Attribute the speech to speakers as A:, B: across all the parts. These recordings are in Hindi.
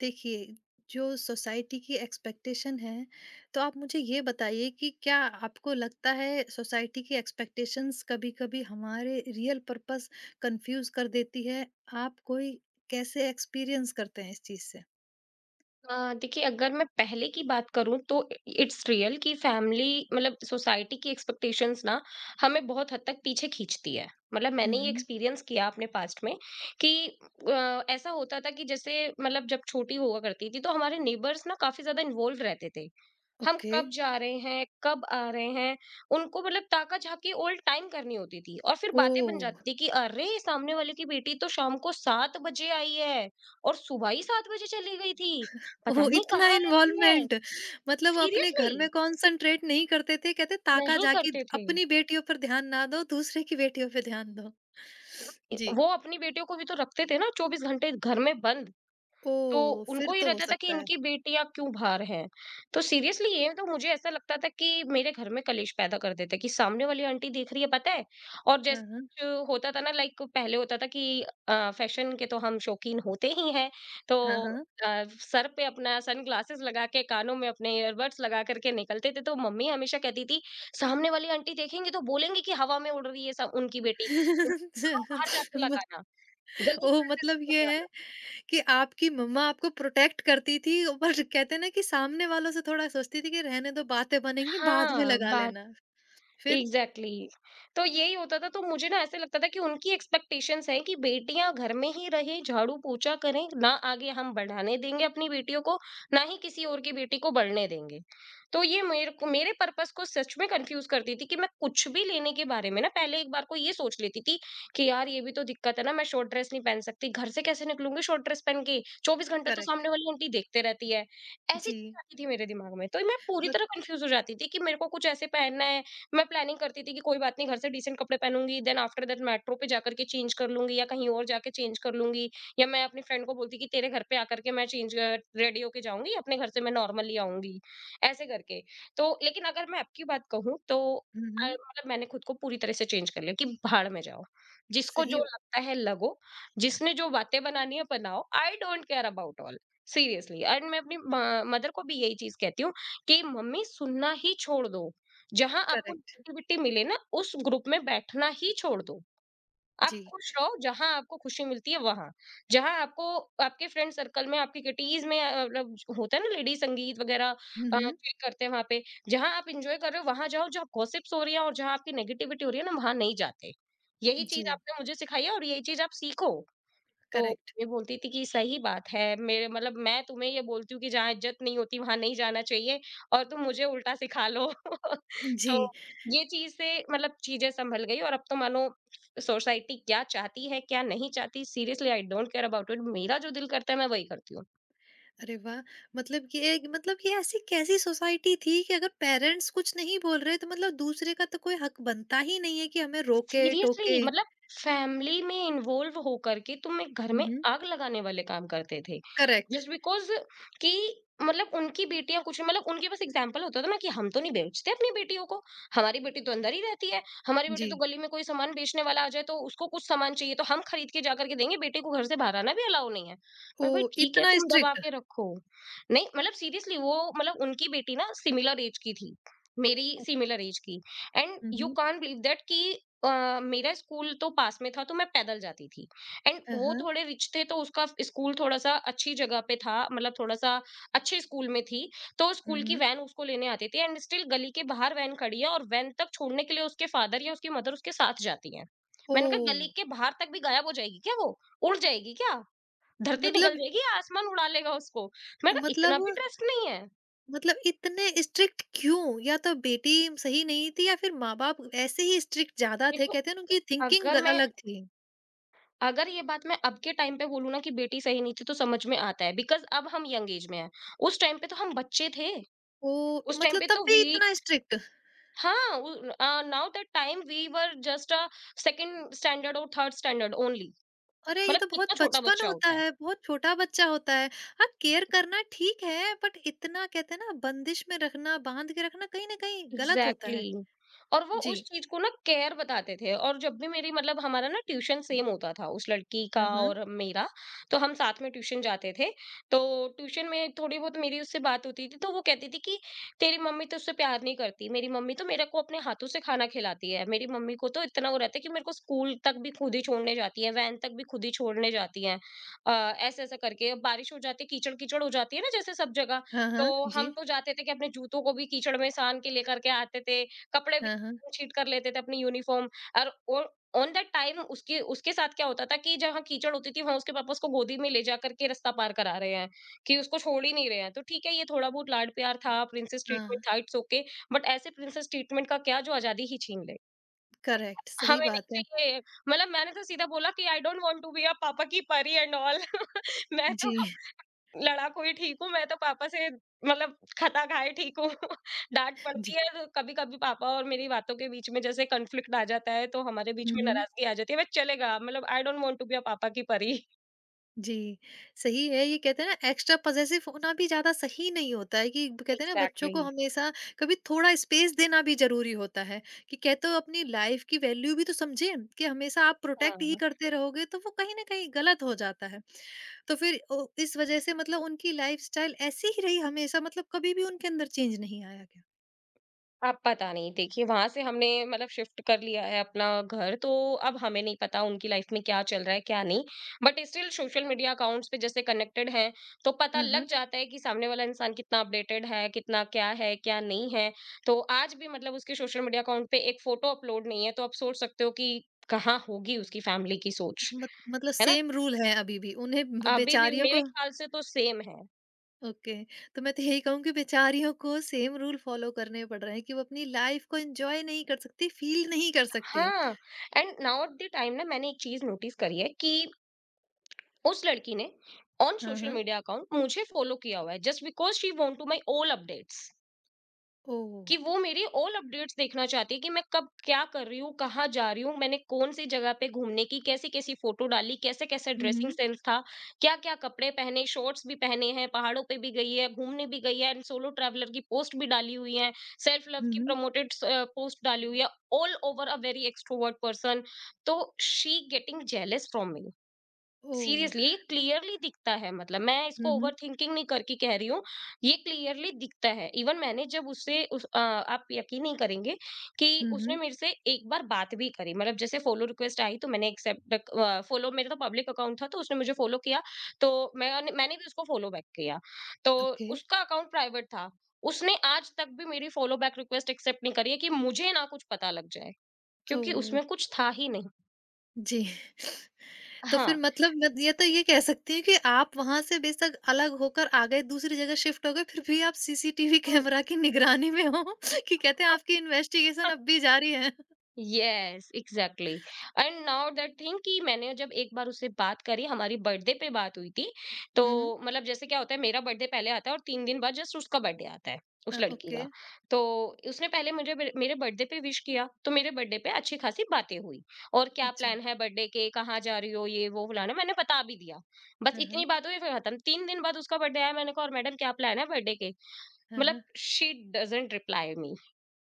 A: देखिए, जो सोसाइटी की एक्सपेक्टेशन है, तो आप मुझे ये बताइए कि क्या आपको लगता है सोसाइटी की एक्सपेक्टेशंस कभी-कभी हमारे रियल पर्पस कन्फ्यूज़ कर देती है? आप कोई कैसे एक्सपीरियंस करते हैं इस चीज़ से?
B: देखिए अगर मैं पहले की बात करूँ तो इट्स रियल कि फैमिली मतलब सोसाइटी की एक्सपेक्टेशंस ना हमें बहुत हद तक पीछे खींचती है। मतलब
A: हुँ,
B: मैंने ये
A: हुँ।
B: एक्सपीरियंस किया अपने पास्ट में कि ऐसा होता था कि जैसे मतलब जब छोटी हुआ करती थी तो हमारे नेबर्स ना काफ़ी ज़्यादा इन्वॉल्व रहते थे। हम
A: ओके।
B: कब जा रहे हैं, कब आ रहे हैं, उनको मतलब ताका-झाकी ऑल टाइम करनी होती थी और फिर बातें बन
A: ओह!
B: जाती थी कि अरे! सामने वाले की बेटी तो शाम को 7 बजे आई है और सुबह ही 7 बजे चली गई थी। पता
A: ओह!
B: नहीं
A: इतना
B: कहाँ रहती है?
A: इन्वॉल्वमेंट। मतलब अपने घर
B: सीरियसली!
A: में कॉन्सन्ट्रेट नहीं करते थे, कहते ताका
B: नहीं
A: झाकी
B: करते थे।
A: अपनी बेटियों पर ध्यान ना दो, दूसरे की बेटियों पे ध्यान दो। जी।
B: वो अपनी बेटियों को भी तो रखते थे ना 24 घंटे घर में बंद। तो
A: ओह! फिर
B: उनको ये
A: तो हो
B: रहता था कि
A: सकता है।
B: इनकी बेटियाँ क्यों बाहर हैं? तो सीरियसली ये तो मुझे ऐसा लगता था कि मेरे घर में कलेश पैदा कर देते कि सामने वाली आंटी देख रही है पता है? और
A: हाँ,
B: जैसे
A: हाँ।
B: जो होता था ना लाइक पहले होता था कि फैशन के तो हम शौकीन होते ही हैं। तो
A: हाँ, हाँ।
B: सर पे अपना सनग्लासेस लगा के कानों में अपने ईयरबड्स लगा कर के निकलते थे तो मम्मी हमेशा कहती थी, "सामने वाली आंटी देखेंगी तो बोलेंगी कि हवा में उड़ रही है स उनकी बेटी। बाहर जाके
A: म
B: लगाना, गली
A: ओह!
B: पार
A: मतलब
B: करके
A: ये है
B: लगाना।"
A: कि आपकी मम्मा आपको प्रोटेक्ट करती थी, पर कहते हैं ना कि सामने वालों से थोड़ा सोचती थी कि रहने दो बातें बनेंगी, बाद में
B: हाँ,
A: लगा
B: बाहर
A: लेना। फिर?
B: Exactly exactly। तो यही होता था तो मुझे ना ऐसे लगता था कि उनकी एक्सपेक्टेशंस हैं कि बेटियां घर में ही रहें झाड़ू पोछा करें ना आगे हम बढ़ाने देंगे अपनी बेटियों को ना ही किसी और की बेटी को बढ़ने देंगे। तो ये मेरे को मेरे पर्पस को सच में कंफ्यूज करती थी कि मैं कुछ भी लेने के बारे में ना पहले एक बार को ये सोच लेती थी कि यार ये भी तो दिक्कत है ना मैं शॉर्ट ड्रेस नहीं पहन सकती घर से कैसे निकलूंगी शॉर्ट ड्रेस पहन के चौबीस घंटे तो
A: करेक्ट।
B: सामने वाली आंटी देखते रहती है। ऐसी
A: जी।
B: चीज़ आती थी मेरे दिमाग में तो मैं पूरी
A: बट
B: तरह कंफ्यूज हो जाती थी कि मेरे को कुछ ऐसे पहनना है। मैं प्लानिंग करती थी कि कोई बात नहीं घर से डिसेंट कपड़े पहनूंगी देन आफ्टर दैट मेट्रो पे जाकर के चेंज कर लूंगी या कहीं और जाके चेंज कर लूंगी या मैं अपनी फ्रेंड को बोलती कि तेरे घर पे आकर के मैं चेंज रेडी होके जाऊंगी अपने घर से मैं नॉर्मली आऊंगी ऐसे करके। तो लेकिन अगर मैं आपकी बात कहूँ तो
A: हुँ, हुँ।
B: मतलब मैंने खुद को पूरी तरह से चेंज कर लिया कि भाड़ में जाओ जिसको जो
A: सही।
B: लगता है लगो जिसने जो बातें बनानी है बनाओ I don't care about all. Seriously and मैं अपनी मदर को भी यही चीज कहती हूँ कि मम्मी सुनना ही छोड़ दो। जहाँ आपको
A: करेक्ट।
B: नेगेटिविटी मिले ना, उस ग्रुप में बैठना ही छोड़ दो। आप
A: जी।
B: खुश रहो जहाँ आपको खुशी मिलती है वहाँ। जहाँ आपको आपके फ्रेंड सर्कल में, आपकी किटीज़ में मतलब होता है ना लेडीज़ संगीत वगैरह
A: हुँ, हुँ।
B: चेक करते हैं वहाँ पे। जहाँ आप एन्जॉय कर रहे हो वहाँ जाओ, जहाँ गॉसिप्स हो रही है और जहाँ आपकी नेगेटिविटी हो रही है ना, वहाँ नहीं जाते। यही चीज़
A: जी,
B: आपने मुझे सिखाई है और यही चीज़ आप सीखो। तो
A: करेक्ट।
B: मम्मी बोलती थी कि सही बात है मेरे मतलब मैं तुम्हें ये बोलती हूँ कि जहाँ इज्जत नहीं होती वहां नहीं जाना चाहिए और तुम मुझे उल्टा सिखा लो। तो
A: जी।
B: ये चीज से मतलब चीजें संभल गई और अब तो मानो सोसाइटी क्या चाहती है क्या नहीं चाहती seriously I don't care about it. मेरा जो दिल करता है मैं वही करती हूँ।
A: अरे वाह! मतलब कि एक मतलब ये ऐसी कैसी सोसाइटी थी कि अगर पेरेंट्स कुछ नहीं बोल रहे तो मतलब दूसरे का तो कोई हक बनता ही नहीं है कि हमें रोके,
B: सीरियसली
A: टोके।
B: मतलब फैमिली में इन्वॉल्व होकर के तुम एक घर
A: हुँ,
B: में
A: हुँ।
B: आग लगाने वाले काम करते थे
A: करेक्ट।
B: जस्ट बिकॉज कि मतलब उनकी बेटियां कुछ मतलब उनके पास एग्जाम्पल होता था ना कि हम तो नहीं बेचते अपनी बेटियों को। हमारी बेटी तो अंदर ही रहती है। हमारी बेटी
A: जी।
B: तो गली में कोई सामान बेचने वाला आ जाए तो उसको कुछ सामान चाहिए तो हम खरीद के जा करके देंगे बेटे को घर से बाहर आना भी अलाउ नहीं है। मैं
A: ओह!
B: भाई ठीक है
A: इतना
B: तुम दबा
A: स्ट्रिक्ट?
B: के रखो। नहीं मतलब सीरियसली वो मतलब उनकी बेटी ना सिमिलर एज की थी मेरी सिमिलर एज की and
A: hmm,
B: you
A: hmm.
B: Can't believe that कि मेरा स्कूल तो पास में था तो मैं पैदल जाती थी एंड
A: हाँ,
B: वो
A: हाँ।
B: थोड़े रिच थे तो उसका स्कूल थोड़ा सा अच्छी जगह पे था मतलब थोड़ा सा अच्छे स्कूल में थी तो
A: हुँ,
B: स्कूल की
A: हुँ।
B: वैन उसको लेने आती थी एंड स्टिल गली के बाहर वैन खड़ी है और वैन तक छोड़ने के लिए उसके फादर या उसकी मदर उसके साथ जाती है। मैंने कहा
A: ओह!
B: गली के बाहर तक भी गायब हो जाएगी क्या वो उड़ जाएगी क्या धरती निकल
A: मतलब
B: जाएगी या आसमान उड़ा लेगा उसको। मैं कहा इतना
A: मतलब
B: भी ट्रस्ट नहीं है।
A: मतलब इतने स्ट्रिक्ट क्यों? या तो बेटी सही नहीं थी या फिर माँ-बाप ऐसे ही स्ट्रिक्ट ज़्यादा थे,
B: देखो
A: कहते हैं ना उनकी थिंकिंग
B: अगर
A: ग
B: मैं
A: अलग थी।
B: अगर ये बात मैं अब के टाइम पे बोलूँ ना कि बेटी सही नहीं थी तो समझ में आता है बिकॉज़ अब हम यंग एज में हैं। उस टाइम पे तो हम बच्चे थे।
A: ओह!
B: उस टाइम
A: मतलब
B: पे
A: तब
B: तो
A: भी
B: वी
A: इतना स्ट्रिक्ट?
B: हाँ, uh now that time we were just a second standard और थर्ड स्टैंडर्ड ओनली।
A: अरे! ये
B: मतलब
A: तो बहुत
B: कितना छोटा
A: बचपन
B: बच्चा
A: होता
B: होता है।
A: है, बहुत छोटा बच्चा होता है। हाँ, केयर करना ठीक है बट इतना कहते हैं ना बंदिश में रखना, बाँध के रखना कहीं न कहीं गलत होता
B: एग्जैक्टली
A: है।
B: exactly। और वो
A: जी।
B: उस चीज को ना केयर बताते थे और जब भी मेरी मतलब हमारा ना ट्यूशन सेम होता था उस लड़की का
A: हाँ, हाँ।
B: और मेरा तो हम साथ में ट्यूशन जाते थे तो ट्यूशन में थोड़ी बहुत मेरी उससे बात होती थी तो वो कहती थी कि तेरी मम्मी तो उससे प्यार नहीं करती मेरी मम्मी तो मेरे को अपने हाथों से खाना खिलाती है मेरी मम्मी को तो इतना वो रहता है कि मेरे को स्कूल तक भी खुद ही छोड़ने जाती है वैन तक भी खुद ही छोड़ने जाती है। ऐसे ऐसा करके बारिश हो जाती है कीचड़ कीचड़ हो जाती है ना जैसे सब जगह
A: हाँ,
B: तो
A: हाँ।
B: हम
A: जी।
B: तो जाते थे कि अपने जूतों को भी कीचड़ में सान के लेकर के आते थे, कपड़े भी
A: हाँ, हाँ।
B: छीट कर लेते थे अपनी यूनिफ़ॉर्म और ऑन दैट टाइम उसके उसके साथ क्या होता था कि जहाँ कीचड़ होती थी वहाँ उसके पापा उसको गोदी में ले जा कर के रास्ता पार करा रहे हैं, कि उसको छोड़ ही नहीं रहे हैं। तो ठीक है ये थोड़ा बहुत लाड प्यार था, प्रिंसेस ट्रीटमेंट
A: हाँ।
B: था, इट्स ओके बट ऐसे प्रिंसेस ट्रीटमेंट का क्या जो आज़ादी ही छीन ले।
A: करेक्ट, सही
B: हमें नहीं
A: बात है।
B: चाहिए। मतलब मैंने तो सीधा बोला कि I don't want to be a पापा की परी एंड ऑल। मैं तो
A: जी।
B: लड़ाकू ही ठीक हूँ, मैं तो पापा से मतलब खता खाए ठीक हूँ। डाँट पड़ती
A: जी।
B: है तो कभी-कभी पापा और मेरी बातों के बीच में जैसे कॉन्फ्लिक्ट आ जाता है, तो हमारे बीच
A: हुँ,
B: में
A: हुँ।
B: नाराज़गी आ जाती है। बट चलेगा मतलब I don't want to be a पापा की परी।
A: जी, सही है। ये कहते हैं ना एक्स्ट्रा पॉसेसिव होना भी ज़्यादा सही नहीं होता है कि कहते हैं ना बच्चों को
B: एग्ज़ैक्टली,
A: हमेशा कभी थोड़ा स्पेस देना भी ज़रूरी होता है, कि कहते हो अपनी लाइफ़ की वैल्यू भी तो समझें कि हमेशा आप प्रोटेक्ट ही
B: हाँ।
A: करते रहोगे तो वो कहीं न कहीं गलत हो जाता है। तो फिर ओ इस वजह से मतलब उनकी लाइफ़स्टाइल ऐसी ही रही हमेशा, मतलब कभी भी उनके अंदर चेंज नहीं आया क्या?
B: अब पता नहीं देखिए वहां से हमने मतलब शिफ्ट कर लिया है अपना घर तो अब हमें नहीं पता उनकी लाइफ में क्या चल रहा है क्या नहीं। But still social media accounts पे जैसे कनेक्टेड हैं तो पता
A: हाँ,
B: लग
A: हाँ।
B: जाता है कि सामने वाला इंसान कितना अपडेटेड है कितना क्या है क्या नहीं है। तो आज भी मतलब उसके सोशल मीडिया अकाउंट पे एक फोटो अपलोड नहीं है तो आप सोच सकते हो कि कहाँ होगी उसकी फैमिली की सोच।
A: मत मतलब
B: है ना
A: सेम रूल है अभी भी। उन्हें ब
B: अभी भी
A: बेचारियों
B: मेरे
A: को
B: ख्याल से तो सेम है।
A: ओके। तो मैं तो यही कहूँगी, बेचारियों को सेम रूल फॉलो करने पड़ रहे हैं कि वो अपनी लाइफ को एंजॉय नहीं कर सकती, फील नहीं कर सकती हैं।
B: हाँ एंड नाउ द टाइम ना मैंने एक चीज नोटिस करी है कि उस लड़की ने ऑन
A: हाँ,
B: सोशल
A: हाँ।
B: मीडिया अकाउंट मुझे फॉलो किया हुआ है just because she want to my all updates
A: oh.
B: कि वो मेरी ऑल अपडेट्स देखना चाहती है कि मैं कब क्या कर रही हूँ कहाँ जा रही हूँ मैंने कौन सी जगह पे घूमने की कैसी कैसी फोटो डाली कैसे कैसे ड्रेसिंग
A: हम्म।
B: सेंस था क्या क्या कपड़े पहने शॉर्ट्स भी पहने हैं पहाड़ों पे भी गई है घूमने भी गई है एंड सोलो ट्रैवलर की पोस्ट भी डाली हुई है सेल्फ लव की
A: हम्म।
B: प्रमोटेड पोस्ट डाली हुई है all over a very extrovert person. तो she getting jealous from me.
A: Oh.
B: Seriously ये क्लियरली दिखता है मतलब मैं इसको
A: हम्म।
B: ओवरथिंकिंग नहीं करके कह रही हूँ। ये क्लियरली दिखता है इवन मैंने जब उससे उस आप यकीन नहीं करेंगे कि उसने
A: हम्म।
B: मेरे से एक बार बात भी करी मतलब जैसे फॉलो रिक्वेस्ट आई तो मैंने एक्सेप्ट फॉलो मेरा तो पब्लिक अकाउंट था तो उसने मुझे फॉलो किया तो मैंने मैंने भी उसको फॉलो बैक किया। तो
A: ओके।
B: उसका अकाउंट प्राइवेट था। उसने आज तक भी मेरी फॉलो बैक रिक्वेस्ट एक्सेप्ट नहीं करी है कि मुझे ना कुछ पता लग जाए क्योंकि
A: ओह।
B: उसमें कुछ था ही नहीं।
A: जी। तो फिर
B: हाँ
A: मतलब मैं ये तो ये कह सकती हूँ कि आप वहां से बेशक अलग होकर आ गए, दूसरी जगह शिफ्ट हो गए, फिर भी आप सीसीटीवी कैमरा की निगरानी में हो। कि कहते हैं आपकी इन्वेस्टिगेशन अब भी जारी है।
B: Yes exactly and now that thing कि मैंने जब एक बार उससे बात करी हमारी बर्थडे पे बात हुई थी तो
A: हम्म।
B: मतलब जैसे क्या होता है मेरा बर्थडे पहले आता है और तीन दिन बाद जस्ट उसका बर्थडे आता है
A: अ,
B: उस लड़की
A: ओके।
B: का। तो उसने पहले मुझे मेरे मेरे बर्थडे पे विश किया तो मेरे बर्थडे पे अच्छी खासी बातें हुई। और क्या
A: अच्छा।
B: प्लान है बर्थडे के, कहाँ जा रही हो, ये वो फलाना, मैंने बता भी दिया। बस
A: हाँ,
B: इतनी
A: हाँ।
B: बात हुई फिर खत्म। तीन दिन बाद उसका बर्थडे आया, मैंने कहा और मैडम क्या प्लान है बर्थडे के।
A: हाँ, हाँ।
B: मतलब she doesn't reply me.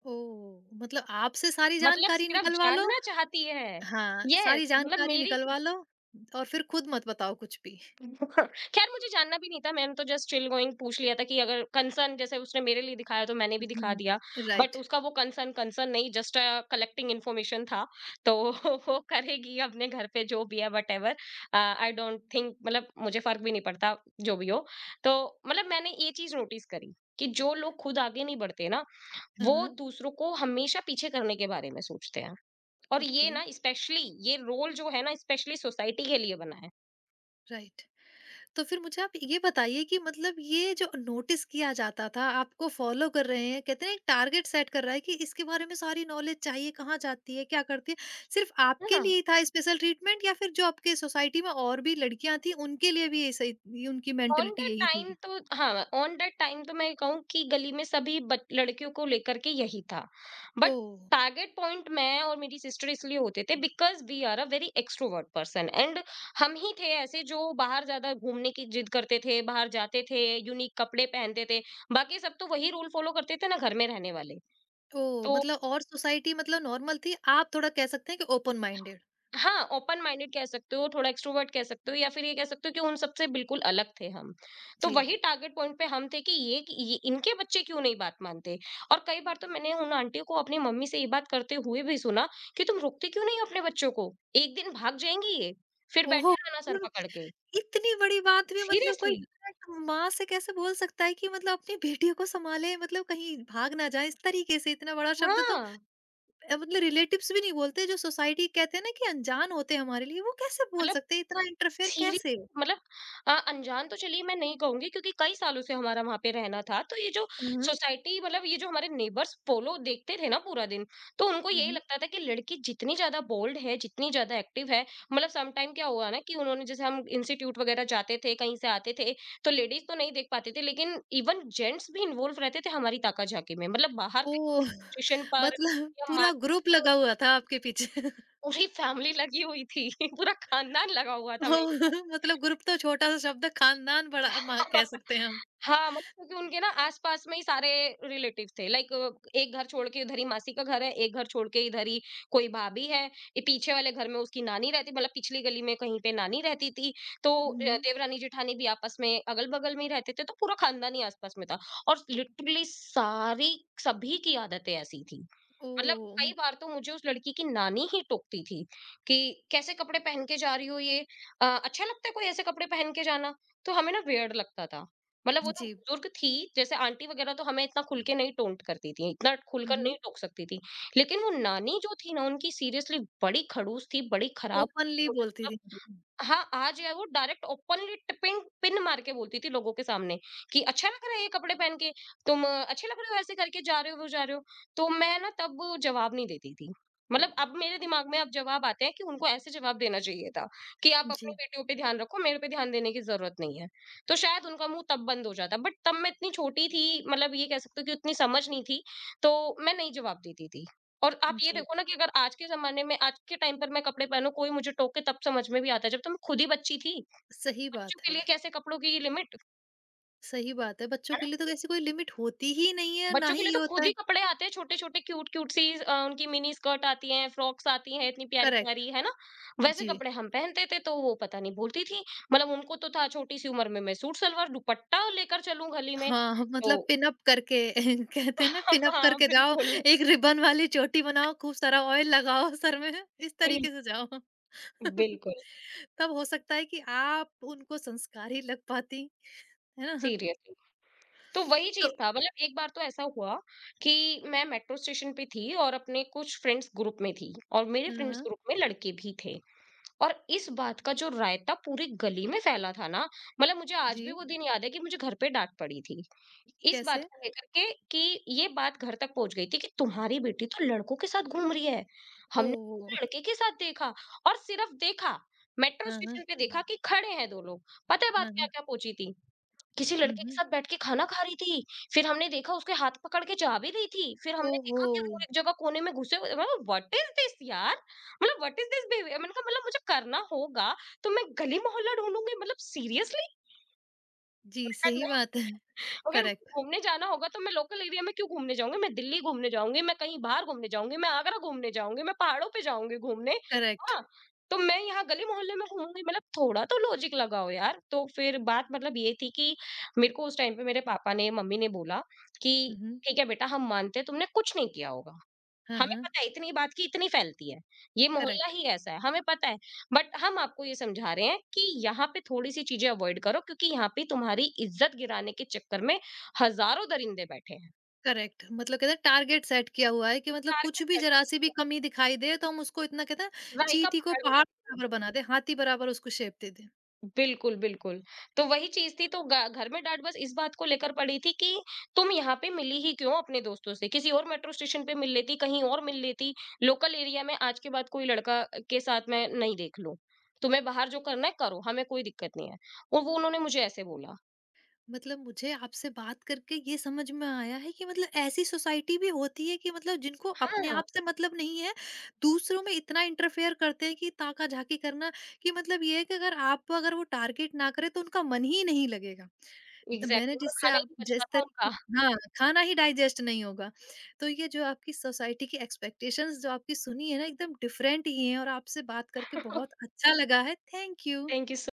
A: Oh! मतलब आपसे सारी
B: मतलब
A: जानकारी
B: सिर्फ
A: निकलवा लो।
B: जानना चाहती है।
A: हाँ,
B: यस
A: सारी
B: मतलब
A: जानकारी
B: मेरी।
A: निकलवा लो और फिर खुद मत बताओ कुछ भी।
B: खैर मुझे जानना भी नहीं था, मैंने तो जस्ट चिल गोइंग पूछ लिया था कि अगर कंसर्न जैसे उसने मेरे लिए दिखाया तो मैंने भी दिखा
A: हुँ,
B: दिया। But
A: right.
B: उसका वो कंसर्न कंसर्न नहीं, जस्ट कलेक्टिंग इन्फॉर्मेशन था। तो वो करेगी अपने घर पे जो भी है व्हाटएवर। आई डोंट थिंक, मतलब मुझे फ़र्क भी नहीं पड़ता जो भी हो। तो मतलब मैंने ये चीज़ नोटिस करी कि जो लोग खुद आगे नहीं बढ़ते ना,
A: हाँ,
B: वो
A: हाँ।
B: दूसरों को हमेशा पीछे करने के बारे में सोचते हैं। और ये
A: ओके,
B: ना स्पेशली ये रोल जो है ना स्पेशली सोसाइटी के लिए बना है।
A: राइट। तो फिर मुझे आप ये बताइए कि मतलब ये जो नोटिस किया जाता था, आपको फ़ॉलो कर रहे हैं, कहते हैं एक टारगेट सेट कर रहा है कि इसके बारे में सारी नॉलेज चाहिए, कहाँ जाती है, क्या करती है? सिर्फ़ आपके
B: हाँ,
A: लिए ही था स्पेशल ट्रीटमेंट या फिर जो आपके सोसाइटी में और भी लड़कियाँ थीं, उनके लिए भी ऐसा ही उनकी
B: ऑन
A: मेंटालिटी
B: दैट
A: यही
B: टाइम
A: थी?
B: तो हाँ। ऑन दैट टाइम तो मैं कहूँ कि गली में सभी लड़कियों को लेकर के यही था। But
A: oh!
B: टारगेट पॉइंट मैं और मेरी सिस्टर इसलिए होते थे because we are a very extrovert person and हम ही थे ऐसे जो बाहर ज्यादा घूमने की जिद करते थे, बाहर जाते थे, यूनिक कपड़े पहनते थे। बाकी सब तो वही रूल फॉलो करते थे ना, घर में रहने वाले।
A: ओह!
B: तो
A: मतलब और सोसाइटी मतलब नॉर्मल थी, आप थोड़ा कह सकते हैं कि ओपन माइंडेड।
B: हाँ, ओपन माइंडेड कह सकते हो, थोड़ा एक्स्ट्रोवर्ट कह सकते हो, या फिर ये कह सकते हो कि उन सबसे बिल्कुल अलग थे हम। तो
A: जी।
B: वही टारगेट पॉइंट पे हम थे कि ये इनके बच्चे क्यों नहीं बात मानते? और कई बार तो मैंने उन आंटियों को अपनी मम्मी से ये बात करते हुए भी सुना कि तुम रोकते क्यों नहीं हो अपने बच्चों को? एक दिन भाग जाएँगी ये, फिर
A: ओहो!
B: बैठे रहना सर
A: मतलब
B: पकड़ के।
A: इतनी बड़ी बात भी, मतलब कोई
B: सीरियसली।
A: माँ से कैसे बोल सकता है कि मतलब अपनी बेटियों को सँभाले, मतलब कहीं भाग ना जाए, इस तरीके से इतना बड़ा शब्द तो
B: हाँ,
A: अ, मतलब रिलेटिव्स भी नहीं बोलते, जो सोसाइटी कहते हैं ना कि अनजान होते हैं हमारे लिए, वो कैसे बोल
B: मतलब
A: सकते हैं, इतना इंटरफेयर
B: सीरी
A: कैसे?
B: मतलब अनजान तो चलिए मैं नहीं कहूँगी क्योंकि कई सालों से हमारा वहाँ पे रहना था। तो ये जो
A: हुँ, हुँ।
B: सोसाइटी, मतलब ये जो हमारे नेबर्स पोलो देखते थे ना पूरा दिन, तो उनको
A: हुँ,
B: यही
A: हुँ।
B: लगता था कि लड़की जितनी ज़्यादा बोल्ड है, जितनी ज़्यादा एक्टिव है। मतलब सम टाइम क्या हुआ ना, कि उन्होंने जैसे हम इंस्टीट्यूट वगैरह जाते थे, कहीं से आते थे, तो लेडीज़ तो नहीं देख पाते थे लेकिन इवन जेंट्स भी इन्वॉल्व रहते थे हमारी ताका-झाकी में। मतलब बाहर कहीं
A: ओह!
B: मेट्रो स्टेशन पर
A: मतलब
B: या
A: पूरा
B: मार्केट
A: ग्रुप
B: में
A: लगा हुआ था आपके पीछे।
B: पूरी फैमिली लगी हुई थी, पूरा खानदान लगा हुआ था मैं ये।
A: ओह! मतलब ग्रुप तो छोटा-सा शब्द है, खानदान बड़ा म कह सकते हैं हम।
B: हाँ, मतलब क्योंकि उनके ना आस-पास में ही सारे रिलेटिव थे। लाइक एक घर छोड़ के इधर ही मासी का घर है, एक घर छोड़ के इधर ही कोई भाभी है, ये पीछे वाले घर में उसकी नानी रहती, मतलब पिछली गली में कहीं पे नानी रहती थी। तो
A: हुँ।
B: देवरानी-जेठानी भी आपस में अगल-बगल में ही रहते थे, तो पूरा खानदान ही आस-पास में था। और लिटरली सारी सभी की आदतें ऐसी थी। मतलब
A: ओह!
B: कई बार तो मुझे उस लड़की की नानी ही टोकती थी कि कैसे कपड़े पहन के जा रही हो ये, अच्छा लगता है कोई ऐसे कपड़े पहन के जाना। तो हमें ना वियर्ड लगता था, मतलब वो तो
A: जी।
B: बुजुर्ग थी। जैसे आंटी वगैरह तो हमें इतना खुल के नहीं टोंट करती थी, इतना खुलकर
A: हुँ,
B: नहीं टोक सकती थी, लेकिन वो नानी जो थी ना उनकी, सीरियसली बड़ी खड़ूस थी, बड़ी खराब थी।
A: ओपनली
B: मुझे तो
A: बोलती
B: मतलब,
A: थी।
B: हाँ, आज यार वो डायरेक्ट ओपनली टिपिंग पिन मार के बोलती थी लोगों के सामने कि अच्छा लग रहा है ये कपड़े पहन के, तुम अच्छे लग रहे हो ऐसे करके, जा रहे हो, वो जा रहे हो। तो मैं ना तब जवाब नहीं देती थी। मतलब अब मेरे दिमाग में अब जवाब आते हैं कि उनको ऐसे जवाब देना चाहिए था कि आप अपनी
A: जी।
B: बेटियों पे ध्यान रखो, मेरे पे ध्यान देने की ज़रूरत नहीं है। तो शायद उनका मुँह तब बंद हो जाता। बट तब मैं इतनी छोटी थी, मतलब ये कह सकते हो कि उतनी समझ नहीं थी, तो मैं नहीं जवाब देती थी। और आप ये
A: जी।
B: देखो ना कि अगर आज के ज़माने में, आज के टाइम पर मैं कपड़े पहनूँ, कोई मुझे टोके तब समझ में भी आता है, जब तो मैं खुद ही बच्ची थी।
A: सही
B: बच्चों
A: बात
B: के
A: है।
B: लिए कैसे कपड़ों की लिमिट,
A: सही बात है। बच्चों
B: है ना?
A: के लिए तो ऐसी कोई लिमिट होती ही नहीं है, ना
B: बच्चों के
A: ही
B: लिए
A: ये
B: तो खुद
A: होता
B: ही
A: है।
B: कपड़े आते हैं छोटे-छोटे, क्यूट-क्यूट सी उनकी मिनी स्कर्ट आती हैं, फ्रॉक्स आती हैं, इतनी
A: करेक्ट।
B: प्यारी-प्यारी, है ना? वैसे
A: जी।
B: कपड़े हम पहनते थे, तो वो पता नहीं बोलती थी। मतलब उनको तो था छोटी सी उम्र में मैं सूट-सलवार, दुपट्टा लेकर चलूँ गली में,
A: हाँ,
B: तो
A: मतलब पिन अप करके कहते हैं ना पिन अप
B: हाँ,
A: करके जाओ,
B: बिल्कुल।
A: एक रिबन वाली चोटी बनाओ, खूब सारा ऑयल लगाओ सर में, इस तरीके से जाओ।
B: बिल्कुल,
A: तब हो सकता है कि आप उनको संस्कारी लग पाती, है ना?
B: सीरियसली। तो वही चीज़
A: तो
B: था, मतलब एक बार तो ऐसा हुआ कि मैं मेट्रो स्टेशन पे थी और अपने कुछ फ्रेंड्स ग्रुप में थी, और मेरे
A: हाँ,
B: फ्रेंड्स
A: हाँ।
B: ग्रुप में लड़के भी थे, और इस बात का जो रायता पूरी गली में फैला था ना, मतलब मुझे आज भी
A: जी,
B: वो दिन याद है कि मुझे घर पे डांट पड़ी थी इस बात
A: कैसे?
B: को लेकर के कि ये बात घर तक पहुंच गई थी कि तुम्हारी बेटी तो लड़कों के साथ घूम रही है। हमने
A: ओह!
B: लड़के के साथ देखा, और सिर्फ देखा, मेट्रो
A: हाँ, हाँ,
B: स्टेशन पे देखा कि खड़े हैं दो लोग। पता है बात
A: हाँ,
B: क्या
A: हाँ।
B: क्या पहुंची थी, किसी
A: हुँ,
B: लड़के के
A: हुँ।
B: साथ बैठ के खाना खा रही थी। फिर हमने देखा उसके हाथ पकड़ के जा भी रही थी। फिर हमने
A: ओहो!
B: देखा कि वो एक जगह कोने में घुसे हुए, मतलब व्हाट इज़ दिस यार! मतलब व्हाट इज़ दिस बिहेवियर, मैंने कहा मतलब मुझे करना होगा तो मैं गली मोहल्ला ढूँढूँगी, मतलब सीरियसली?
A: जी,
B: मैं कहा
A: सही
B: नहीं,
A: बात है।
B: अगर मुझे
A: करेक्ट,
B: घूमने जाना होगा तो मैं लोकल एरिया में क्यों घूमने जाऊंगी? मैं दिल्ली घूमने जाऊंगी, मैं कहीं बाहर घूमने जाऊंगी, मैं आगरा घूमने जाऊंगी, मैं पहाड़ों पे जाऊंगी घूमने।
A: करेक्ट।
B: हाँ, तो मैं यहाँ गली मोहल्ले में घूमूंगी? मतलब थोड़ा तो लॉजिक लगाओ यार। तो फिर बात मतलब ये थी कि मेरे को उस टाइम पे मेरे पापा ने, मम्मी ने बोला कि
A: हुँ, हुँ।
B: ठीक है बेटा, हम मानते हैं तुमने कुछ नहीं किया होगा,
A: हाँ,
B: हमें
A: हाँ।
B: पता है इतनी बात की इतनी फैलती है। ये मोहल्ला
A: करेक्ट,
B: ही ऐसा है, हमें पता है। बट हम आपको ये समझा रहे हैं कि यहाँ पे थोड़ी-सी चीज़ें अवॉइड करो क्योंकि यहाँ पे तुम्हारी इज़्ज़त गिराने के चक्कर में हज़ारों दरिंदे बैठे हैं।
A: करेक्ट। मतलब कहते हैं टारगेट सेट किया हुआ है कि मतलब कुछ
B: टारगेट
A: भी
B: सेट किया
A: ज़रा-सी भी
B: हुआ
A: कमी दिखाई दे तो हम उसको इतना कहते हैं
B: है, राई का
A: चींटी को
B: पहाड़ बना
A: पहाड़
B: दिया है।
A: बराबर बना दें, हाथी बराबर उसको शेप दे दें।
B: बिल्कुल, बिल्कुल। तो वही चीज़ थी। तो ग घर में डाँट बस इस बात को लेकर पड़ी थी कि तुम यहाँ पे मिली ही क्यों अपने दोस्तों से? किसी और मेट्रो स्टेशन पे मिल लेती, कहीं और मिल लेती, लोकल एरिया में आज के बाद कोई लड़का के साथ मैं नहीं देख लूँ। तुम्हें बाहर जो करना है करो, हमें कोई दिक्कत नहीं है। और वो उन्होंने मुझे ऐसे बोला।
A: मतलब मुझे आपसे बात करके ये समझ में आया है कि मतलब ऐसी सोसाइटी भी होती है कि मतलब जिनको अपने
B: हाँ,
A: आप से मतलब नहीं है, दूसरों में इतना इंटरफेयर करते हैं कि ताका झाकी करना, कि मतलब ये है कि अगर आप अगर वो टारगेट ना करे तो उनका मन ही नहीं लगेगा। मैंने
B: एग्ज़ैक्टली मतलब
A: जिससे
B: खाना ही
A: आप
B: नहीं बच रहा
A: जिस
B: था उनका।
A: तरीके हाँ, खाना ही डाइजेस्ट नहीं होगा। तो ये जो आपकी सोसाइटी की एक्सपेक्टेशंस जो आपकी सुनी है ना एकदम डिफरेंट ही है, और आपसे बात करके बहुत अच्छा लगा है। Thank you.
B: Thank you so